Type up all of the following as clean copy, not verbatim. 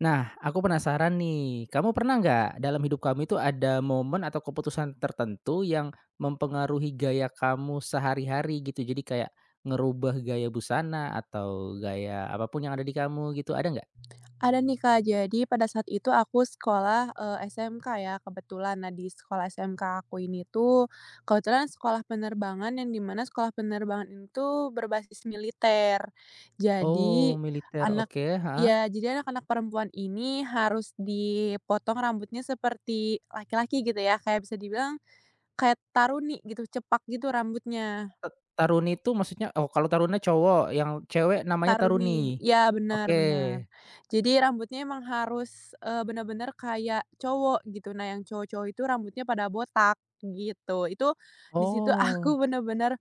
Nah, aku penasaran nih, kamu pernah nggak dalam hidup kamu itu ada momen atau keputusan tertentu yang mempengaruhi gaya kamu sehari-hari gitu? Jadi kayak ngerubah gaya busana atau gaya apapun yang ada di kamu gitu, ada nggak? Ada nih, Kak. Jadi pada saat itu aku sekolah, SMK ya kebetulan. Nah, di sekolah SMK aku ini tuh, kebetulan sekolah penerbangan yang dimana sekolah penerbangan itu berbasis militer. Oh, Jadi militer, anak oke, heeh. Anak-anak perempuan ini harus dipotong rambutnya seperti laki-laki gitu ya, kayak bisa dibilang kayak taruni gitu, cepak gitu rambutnya. T Taruni itu maksudnya, oh kalau taruna cowok, yang cewek namanya Taruni, taruni? ya, Oke. benar benar. Jadi rambutnya emang harus, bener-bener kayak cowok gitu. Nah, yang cowok-cowok itu rambutnya pada botak gitu. Itu di situ Oh, aku bener-bener,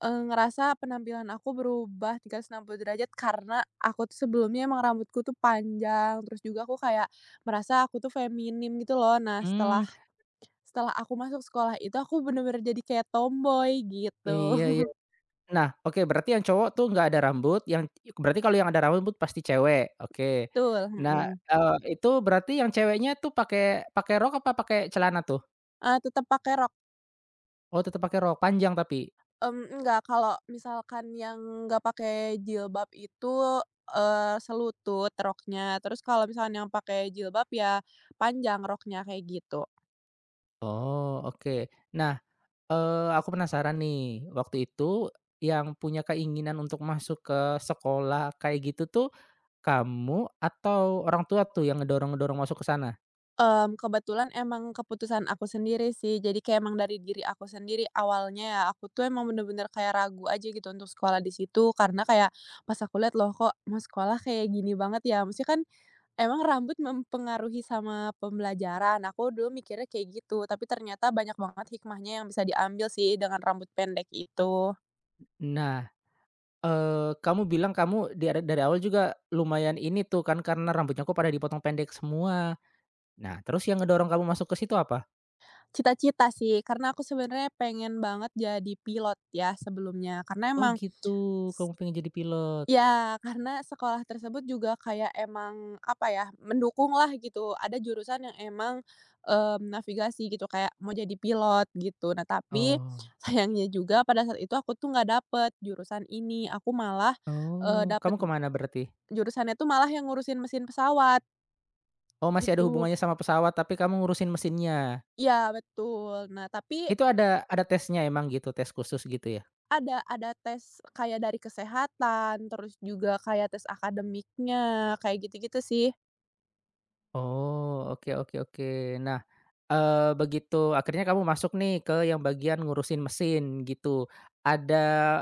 ngerasa penampilan aku berubah 360 derajat karena aku tuh sebelumnya emang rambutku tuh panjang, terus juga aku kayak merasa aku tuh feminim gitu loh. Nah, hmm, setelah setelah aku masuk sekolah itu aku bener-bener jadi kayak tomboy gitu. iya, iya. Nah, oke, berarti yang cowok tuh nggak ada rambut, yang berarti kalau yang ada rambut pasti cewek, oke. Betul, Nah, mhm. iya. Itu berarti yang ceweknya tuh pakai pakai rok apa pakai celana tuh? Tetep pakai rok. Oh, tetep pakai rok, panjang tapi? Enggak, kalau misalkan yang nggak pakai jilbab itu, selutut roknya, terus kalau misalkan yang pakai jilbab ya panjang roknya, kayak gitu. Oh, oke. Nah, aku penasaran nih, waktu itu yang punya keinginan untuk masuk ke sekolah kayak gitu tuh, kamu atau orang tua tuh yang ngedorong-ngedorong masuk ke sana? Kebetulan emang keputusan aku sendiri sih, jadi kayak emang dari diri aku sendiri. Awalnya ya aku tuh emang bener-bener kayak ragu aja gitu untuk sekolah di situ, karena kayak pas aku lihat, "Loh, kok mau sekolah kayak gini banget ya? Maksudnya kan emang rambut mempengaruhi sama pembelajaran?" Aku dulu mikirnya kayak gitu, tapi ternyata banyak banget hikmahnya yang bisa diambil sih dengan rambut pendek itu. Nah, kamu bilang kamu di are dari awal juga lumayan ini tuh kan karena rambutnya kok pada dipotong pendek semua. Nah, terus yang ngedorong kamu masuk ke situ apa? Cita-cita sih, karena aku sebenarnya pengen banget jadi pilot ya sebelumnya, karena Oh emang gitu, kamu pengen jadi pilot. ya, karena sekolah tersebut juga kayak emang, apa ya, mendukung lah gitu. Ada jurusan yang emang, navigasi gitu, kayak mau jadi pilot gitu. Nah, tapi Oh, sayangnya juga pada saat itu aku tuh nggak dapet jurusan ini. Aku malah, oh, kamu dapet ke mana berarti? jurusannya tuh malah yang ngurusin mesin pesawat, Oh, masih ada gitu. hubungannya sama pesawat tapi kamu ngurusin mesinnya. Iya, betul. Nah, tapi Itu ada tesnya emang gitu, tes khusus gitu ya? ada tes kayak dari kesehatan, terus juga kayak tes akademiknya, kayak gitu-gitu sih. Oh, oke, oke, oke. Nah, begitu akhirnya kamu masuk nih ke yang bagian ngurusin mesin gitu. Ada,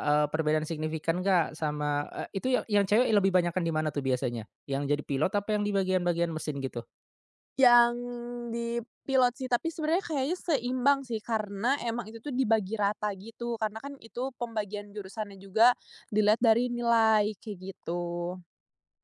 perbedaan signifikan nggak sama itu yang cewek lebih banyakan di mana tuh biasanya? Yang jadi pilot apa yang di bagian-bagian mesin gitu? Yang di Pilot sih, tapi sebenarnya kayaknya seimbang sih, karena emang itu tuh dibagi rata gitu, karena kan itu pembagian jurusannya juga dilihat dari nilai, kayak gitu.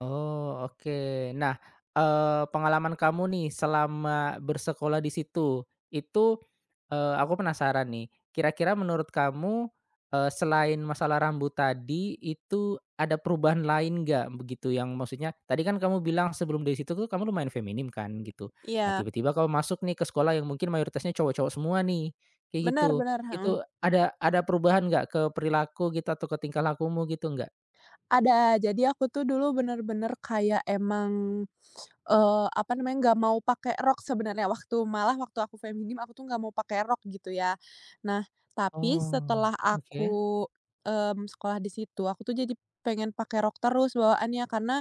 Oh, oke. Nah, pengalaman kamu nih selama bersekolah di situ, itu, aku penasaran nih, kira-kira menurut kamu, selain masalah rambut tadi, itu ada perubahan lain nggak begitu yang maksudnya tadi kan kamu bilang sebelum dari situ tuh kamu lumayan feminim kan gitu. Nah, Iya, tiba-tiba kamu masuk nih ke sekolah yang mungkin mayoritasnya cowok-cowok semua nih, kayak benar gitu. benar, heeh. Itu ada perubahan nggak ke perilaku gitu atau ke tingkah lakumu gitu nggak? Ada, jadi aku tuh dulu bener-bener kayak emang apa namanya, nggak mau pakai rok sebenarnya, waktu malah waktu aku feminim aku tuh nggak mau pakai rok gitu ya. Nah, tapi Oh, setelah oke, aku, sekolah di situ aku tuh jadi pengen pakai rok terus bawaannya, karena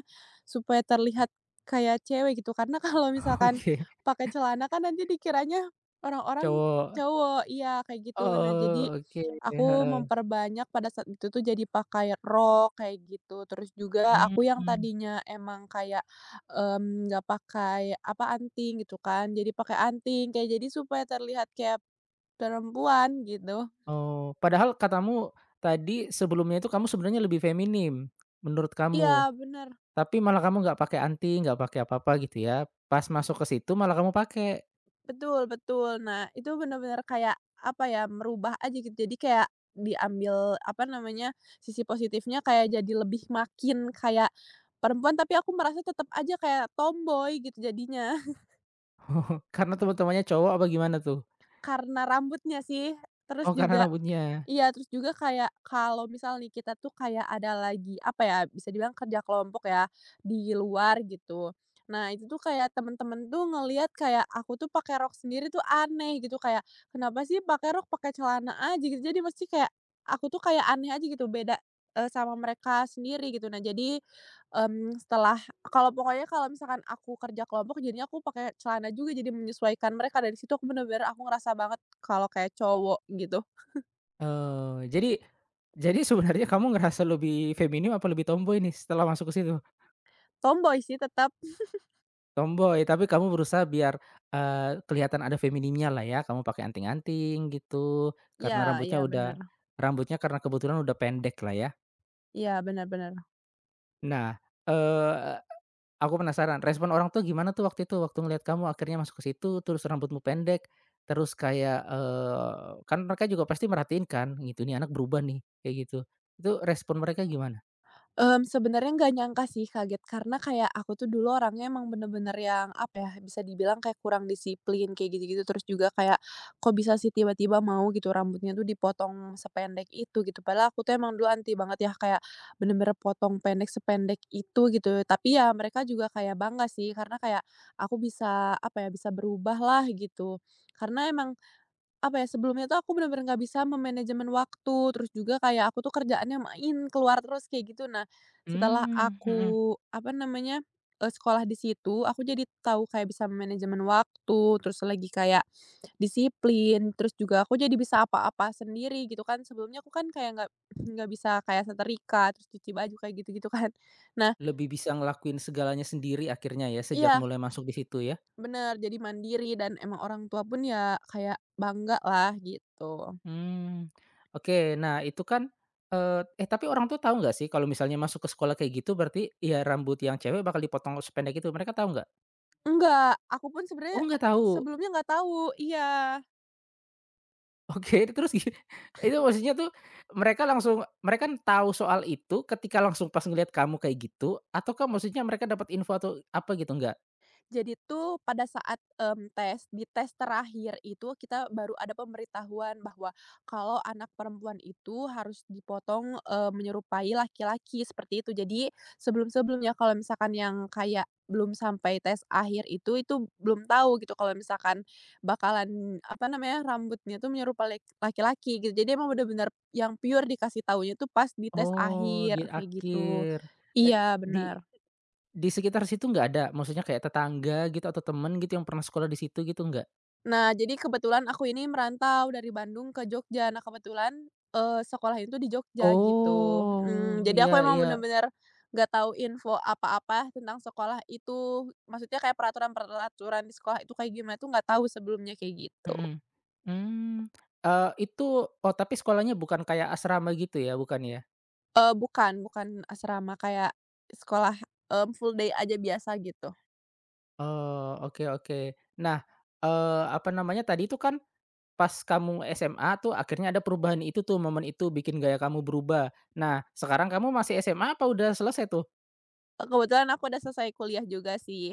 supaya terlihat kayak cewek gitu, karena kalau misalkan oke. pakai celana kan nanti dikiranya orang-orang Cowok. cowok, iya, kayak gitu. Nah, jadi Oh, oke, aku heeh, memperbanyak pada saat itu tuh jadi pakai rok kayak gitu, terus juga aku yang mhm. tadinya emang kayak nggak pakai, apa, anting gitu kan, jadi pakai anting, kayak jadi supaya terlihat kayak perempuan gitu. Oh, padahal katamu tadi sebelumnya itu kamu sebenarnya lebih feminim, menurut kamu, Iya, bener, tapi malah kamu nggak pakai nggak pakai apa-apa gitu ya, pas masuk ke situ malah kamu pakai, betul betul. Nah, itu bener-bener kayak, apa ya, merubah aja gitu, jadi kayak diambil, apa namanya, sisi positifnya kayak jadi lebih makin kayak perempuan, tapi aku merasa tetap aja kayak tomboy gitu jadinya. karena teman-temannya cowok apa gimana tuh? Karena rambutnya sih, terus Oh, karena juga rambutnya, iya, terus juga kayak kalau misal nih kita tuh kayak ada lagi, apa ya, bisa dibilang kerja kelompok ya, di luar gitu. Nah, itu tuh kayak temen-temen tuh ngelihat kayak aku tuh pakai rok sendiri tuh aneh gitu, kayak, "Kenapa sih pakai rok, pakai celana aja?" gitu. Jadi mesti kayak aku tuh kayak aneh aja gitu, beda, sama mereka sendiri gitu. Nah, jadi, setelah kalau pokoknya kalau misalkan aku kerja kelompok jadinya aku pakai celana juga, jadi menyesuaikan mereka. Dari situ aku bener-bener aku ngerasa banget kalau kayak cowok gitu. oh, jadi sebenarnya kamu ngerasa lebih feminim apa lebih tomboy nih setelah masuk ke situ? Tomboy sih tetap. Tomboy, tapi kamu berusaha biar, kelihatan ada femininnya lah ya, kamu pakai anting-anting gitu, Iya karena iya bener. rambutnya karena kebetulan udah pendek lah ya. Iya bener bener. Nah, eee, aku penasaran respon orang tuh gimana tuh waktu itu, waktu ngelihat kamu akhirnya masuk ke situ, terus rambutmu pendek, terus kayak, kan mereka juga pasti merhatiin kan gitu, "Ini anak berubah nih," kayak gitu. Itu respon mereka gimana? Sebenarnya nggak nyangka sih, kaget, karena kayak aku tuh dulu orangnya emang bener-bener yang apa ya, bisa dibilang kayak kurang disiplin kayak gitu-gitu, terus juga kayak kok bisa sih tiba-tiba mau gitu rambutnya tuh dipotong sependek itu gitu, padahal aku tuh emang dulu anti banget ya kayak bener-bener potong pendek sependek itu gitu, tapi ya mereka juga kayak bangga sih karena kayak aku bisa apa ya, bisa berubahlah gitu. Karena emang apa ya, sebelumnya tuh aku bener-bener nggak bisa memanajemen waktu, terus juga kayak aku tuh kerjaannya main keluar terus kayak gitu. Nah, setelah Mmm, mhm. aku, apa namanya, sekolah di situ, aku jadi tahu kayak bisa manajemen waktu, terus lagi kayak disiplin, terus juga aku jadi bisa apa-apa sendiri gitu kan. Sebelumnya aku kan kayak nggak bisa kayak setrika, terus cuci baju kayak gitu-gitu kan. Nah, Lebih bisa ngelakuin segalanya sendiri akhirnya ya, sejak iya, mulai masuk di situ ya? bener, jadi mandiri dan emang orang tua pun ya kayak bangga lah gitu. Hmm. Oke. Nah, itu kan, tapi orang tuh tahu nggak sih kalau misalnya masuk ke sekolah kayak gitu berarti ya rambut yang cewek bakal dipotong sependek itu, mereka tahu nggak? Enggak, aku pun Oh, sebenarnya nggak tahu. sebelumnya nggak tahu, iya. Oke, terus gi itu maksudnya tuh mereka tahu soal itu ketika langsung pas ngelihat kamu kayak gitu ataukah maksudnya mereka dapat info atau apa gitu, nggak? Jadi tuh pada saat, tes, di tes terakhir itu kita baru ada pemberitahuan bahwa kalau anak perempuan itu harus dipotong, menyerupai laki-laki, seperti itu. Jadi sebelum-sebelumnya kalau misalkan yang kayak belum sampai tes akhir itu belum tahu gitu kalau misalkan bakalan, apa namanya, rambutnya tuh menyerupai lek laki-laki gitu. Jadi emang benar-benar yang pure dikasih taunya tuh pas di tes Oh, akhir, di kayak gitu. akhir, eee, Iya, di benar. di sekitar situ nggak ada? Maksudnya kayak tetangga gitu atau temen gitu yang pernah sekolah di situ gitu, nggak? Nah, jadi kebetulan aku ini merantau dari Bandung ke Jogja. Nah, kebetulan, sekolahnya itu di Jogja gitu, mhm, Oh, jadi iya, aku emang iya. bener-bener nggak tahu info apa-apa tentang sekolah itu. Maksudnya kayak peraturan-peraturan di sekolah itu kayak gimana tuh nggak tahu sebelumnya kayak gitu. Mhm, mmm, eee, itu oh, tapi sekolahnya bukan kayak asrama gitu ya, bukan ya? Eh, bukan bukan asrama, kayak sekolah, full day aja biasa gitu. Oh, oke, oke. Nah, apa namanya tadi itu kan pas kamu SMA tuh akhirnya ada perubahan itu tuh, momen itu bikin gaya kamu berubah. Nah, sekarang kamu masih SMA apa udah selesai tuh? Kebetulan aku udah selesai kuliah juga sih.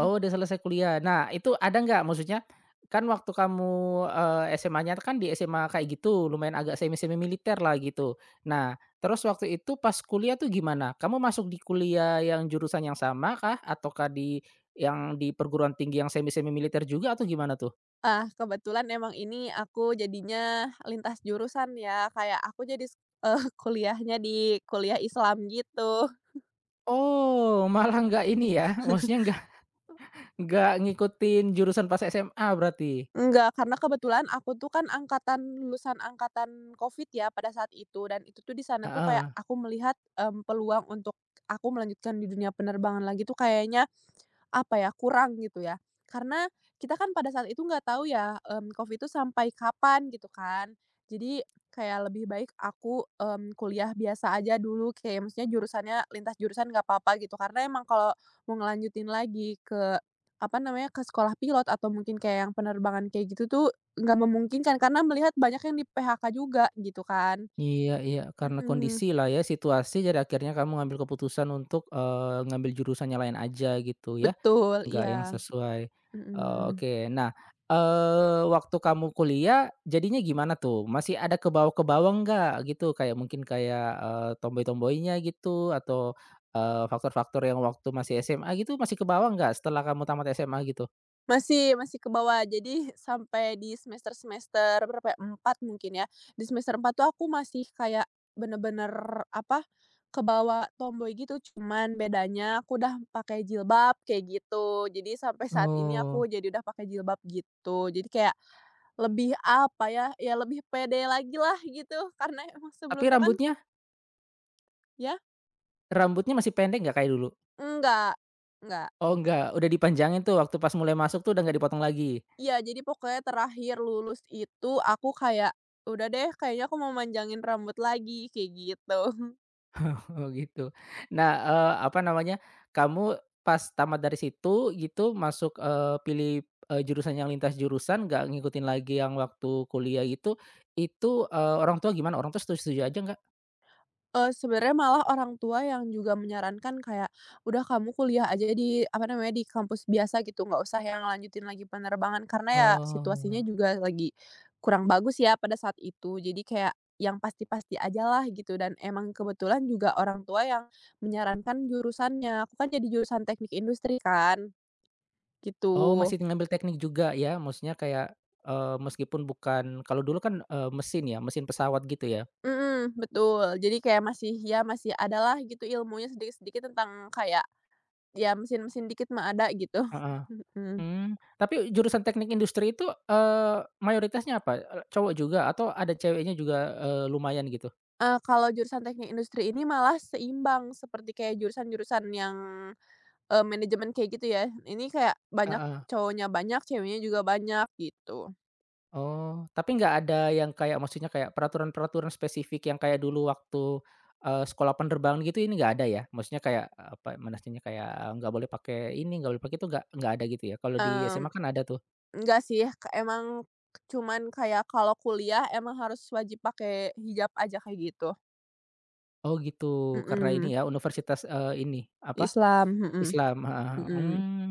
Oh, udah selesai kuliah. Nah, itu ada nggak maksudnya, kan waktu kamu, SMA-nya kan di SMA kayak gitu, lumayan agak semi-semi militer lah gitu. Nah, terus waktu itu pas kuliah tuh gimana? Kamu masuk di kuliah yang jurusan yang sama kah? Ataukah yang di perguruan tinggi yang semi-semi militer juga atau gimana tuh? Ah, kebetulan emang ini aku jadinya lintas jurusan ya, kayak aku jadi kuliahnya di kuliah Islam gitu. Oh, malah nggak ini ya, maksudnya nggak ngikutin jurusan pas SMA berarti? Enggak, karena kebetulan aku tuh kan angkatan lulusan angkatan Covid ya pada saat itu, dan itu tuh di sana tuh kayak Heeh. aku melihat, peluang untuk aku melanjutkan di dunia penerbangan lagi tuh kayaknya apa ya, kurang gitu ya. Karena kita kan pada saat itu nggak tahu ya, Covid itu sampai kapan gitu kan. Jadi kayak lebih baik aku, kuliah biasa aja dulu kayak maksudnya jurusannya lintas jurusan nggak apa-apa gitu. Karena emang kalau mau ngelanjutin lagi ke, apa namanya, ke sekolah pilot atau mungkin kayak yang penerbangan kayak gitu tuh nggak memungkinkan karena melihat banyak yang di-PHK juga gitu kan. Iya, iya, karena Mhm, kondisi lah ya, situasi, jadi akhirnya kamu ngambil keputusan untuk, ngambil jurusan yang lain aja gitu ya, betul, nggak yang iya, sesuai. Mhm. Oke. Nah, waktu kamu kuliah jadinya gimana tuh? Masih ada kebawa-kebawa nggak gitu? Kayak mungkin kayak, tomboy-tomboynya gitu atau, faktor-faktor yang waktu masih SMA gitu masih kebawa nggak setelah kamu tamat SMA gitu? Masih masih ke bawah. Jadi sampai di semester-semester berapa ya, 4 mungkin ya. Di semester 4 tuh aku masih kayak bener-bener apa, ke bawah tomboy gitu, cuman bedanya aku udah pakai jilbab kayak gitu. Jadi sampai saat ini aku Oh, jadi udah pakai jilbab gitu. Jadi kayak lebih apa ya, ya lebih pede lagi lah gitu, karena emang tapi sebelumnya kan rambutnya ya, rambutnya masih pendek nggak kayak dulu? enggak enggak. Oh, enggak, udah dipanjangin tuh waktu pas mulai masuk tuh udah nggak dipotong lagi. Iya, jadi pokoknya terakhir lulus itu aku kayak, "Udah deh, kayaknya aku mau manjangin rambut lagi," kayak gitu. Oh gitu. Nah, apa namanya, kamu pas tamat dari situ gitu masuk, pilih, jurusan yang lintas jurusan nggak ngikutin lagi yang waktu kuliah gitu, itu, orang tua gimana? Orang tua setuju-setuju aja nggak? Eh, sebenarnya malah orang tua yang juga menyarankan kayak, "Udah, kamu kuliah aja di apa namanya, di kampus biasa gitu, nggak usah yang lanjutin lagi penerbangan." Karena ya situasinya Oh, juga lagi kurang bagus ya pada saat itu. Jadi kayak yang pasti-pasti aja lah gitu dan emang kebetulan juga orang tua yang menyarankan jurusannya. Aku kan jadi jurusan teknik industri kan, oh, gitu. masih ngambil teknik juga ya? Maksudnya kayak, meskipun bukan kalau dulu kan, mesin ya, mesin pesawat gitu ya? Mhm, betul. Jadi kayak masih ya masih adalah gitu ilmunya sedikit-sedikit tentang kayak ya mesin-mesin dikit mah ada gitu. Heeh. Mhm. Mmm, tapi jurusan teknik industri itu, mayoritasnya apa? Cowok juga atau ada ceweknya juga, lumayan gitu? Kalau jurusan teknik industri ini malah seimbang seperti kayak jurusan-jurusan yang, manajemen kayak gitu ya. Ini kayak banyak Heeh, cowoknya banyak, ceweknya juga banyak gitu. oh, tapi nggak ada yang kayak maksudnya kayak peraturan-peraturan spesifik yang kayak dulu waktu, sekolah penerbangan gitu ini nggak ada ya? Maksudnya kayak, apa manasnya kayak nggak boleh pakai ini, nggak boleh pakai itu nggak ada gitu ya? Kalau di Mmm, SMA kan ada tuh. enggak sih ke emang cuman kayak kalau kuliah emang harus wajib pakai hijab aja kayak gitu. Oh gitu, karena ini Mhm, ya universitas, ini apa, Islam, mhm Islam, heeh, mhm. mmm.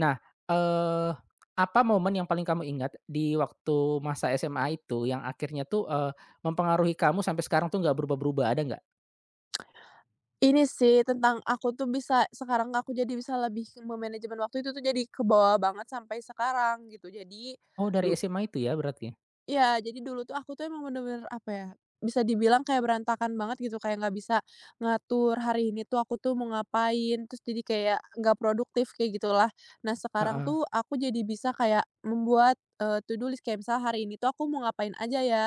Nah, eee, apa momen yang paling kamu ingat di waktu masa SMA itu yang akhirnya tuh, mempengaruhi kamu sampai sekarang tuh nggak berubah-berubah, ada nggak? Ini sih tentang aku tuh bisa sekarang aku jadi bisa lebih ke memanajemen waktu itu tuh jadi kebawa banget sampai sekarang gitu. Jadi Oh, dari du SMA itu ya berarti? iya, jadi dulu tuh aku tuh emang bener-bener, apa ya, bisa dibilang kayak berantakan banget gitu, kayak nggak bisa ngatur hari ini tuh aku tuh mau ngapain, terus jadi kayak nggak produktif, kayak gitulah. Nah, sekarang Heeh, tuh aku jadi bisa kayak membuat, to do list, kayak misal hari ini tuh aku mau ngapain aja ya,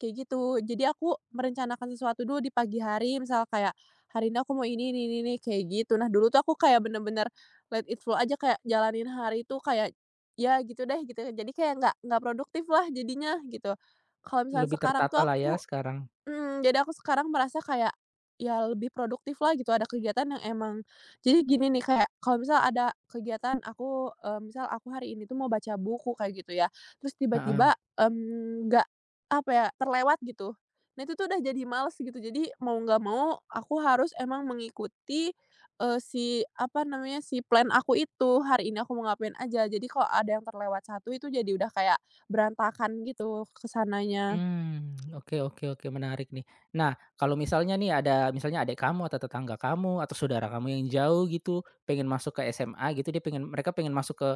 kayak gitu. Jadi aku merencanakan sesuatu dulu di pagi hari, misal kayak, "Hari ini aku mau ini," kayak gitu. Nah, dulu tuh aku kayak bener-bener let it flow aja, kayak jalanin hari tuh kayak ya gitu deh gitu, jadi kayak nggak produktif lah jadinya gitu. Kalau misalnya lebih sekarang tertata tuh lah ya aku sekarang? mhm, jadi aku sekarang merasa kayak, ya lebih produktif lah gitu, ada kegiatan yang emang jadi gini nih kayak kalau misal ada kegiatan aku, misal aku hari ini tuh mau baca buku kayak gitu ya, terus Heeh. tiba-tiba, nggak, apa ya, terlewat gitu. Nah, itu tuh udah jadi males gitu, jadi mau nggak mau aku harus emang mengikuti, si, apa namanya, si plan aku itu, hari ini aku mau ngapain aja. Jadi kalau ada yang terlewat satu itu jadi udah kayak berantakan gitu kesananya. Mmm, oke, oke, oke, menarik nih. Nah, kalau misalnya nih ada misalnya adik kamu atau tetangga kamu atau saudara kamu yang jauh gitu pengen masuk ke SMA gitu dia pengen mereka pengen masuk ke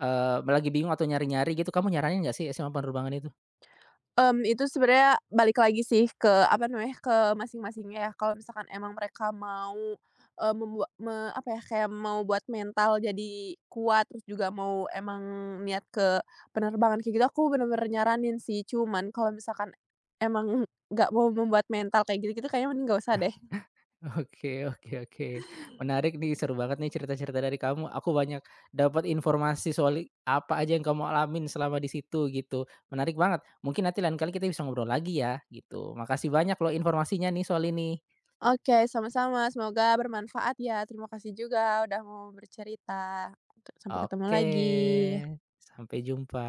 lagi bingung atau nyari-nyari gitu kamu nyaranin nggak sih SMA penerbangan itu? Itu sebenarnya balik lagi sih ke, apa namanya, ke masing-masingnya ya. Kalau misalkan emang mereka mau, membuat me apa ya, kayak mau buat mental jadi kuat, terus juga mau emang niat ke penerbangan kayak gitu, aku bener-bener nyaranin sih. Cuman kalau misalkan emang nggak mau membuat mental kayak gitu-gitu, kayaknya mending nggak usah deh. Oke, oke, oke. Menarik nih, seru banget nih cerita-cerita dari kamu. Aku banyak dapat informasi soal apa aja yang kamu alamin selama di situ, gitu. Menarik banget. Mungkin nanti lain kali kita bisa ngobrol lagi ya, gitu. Makasih banyak loh informasinya nih soal ini. Oke, sama-sama, semoga bermanfaat ya. Terima kasih juga udah mau bercerita. Sampai ketemu Oke, lagi. sampai jumpa.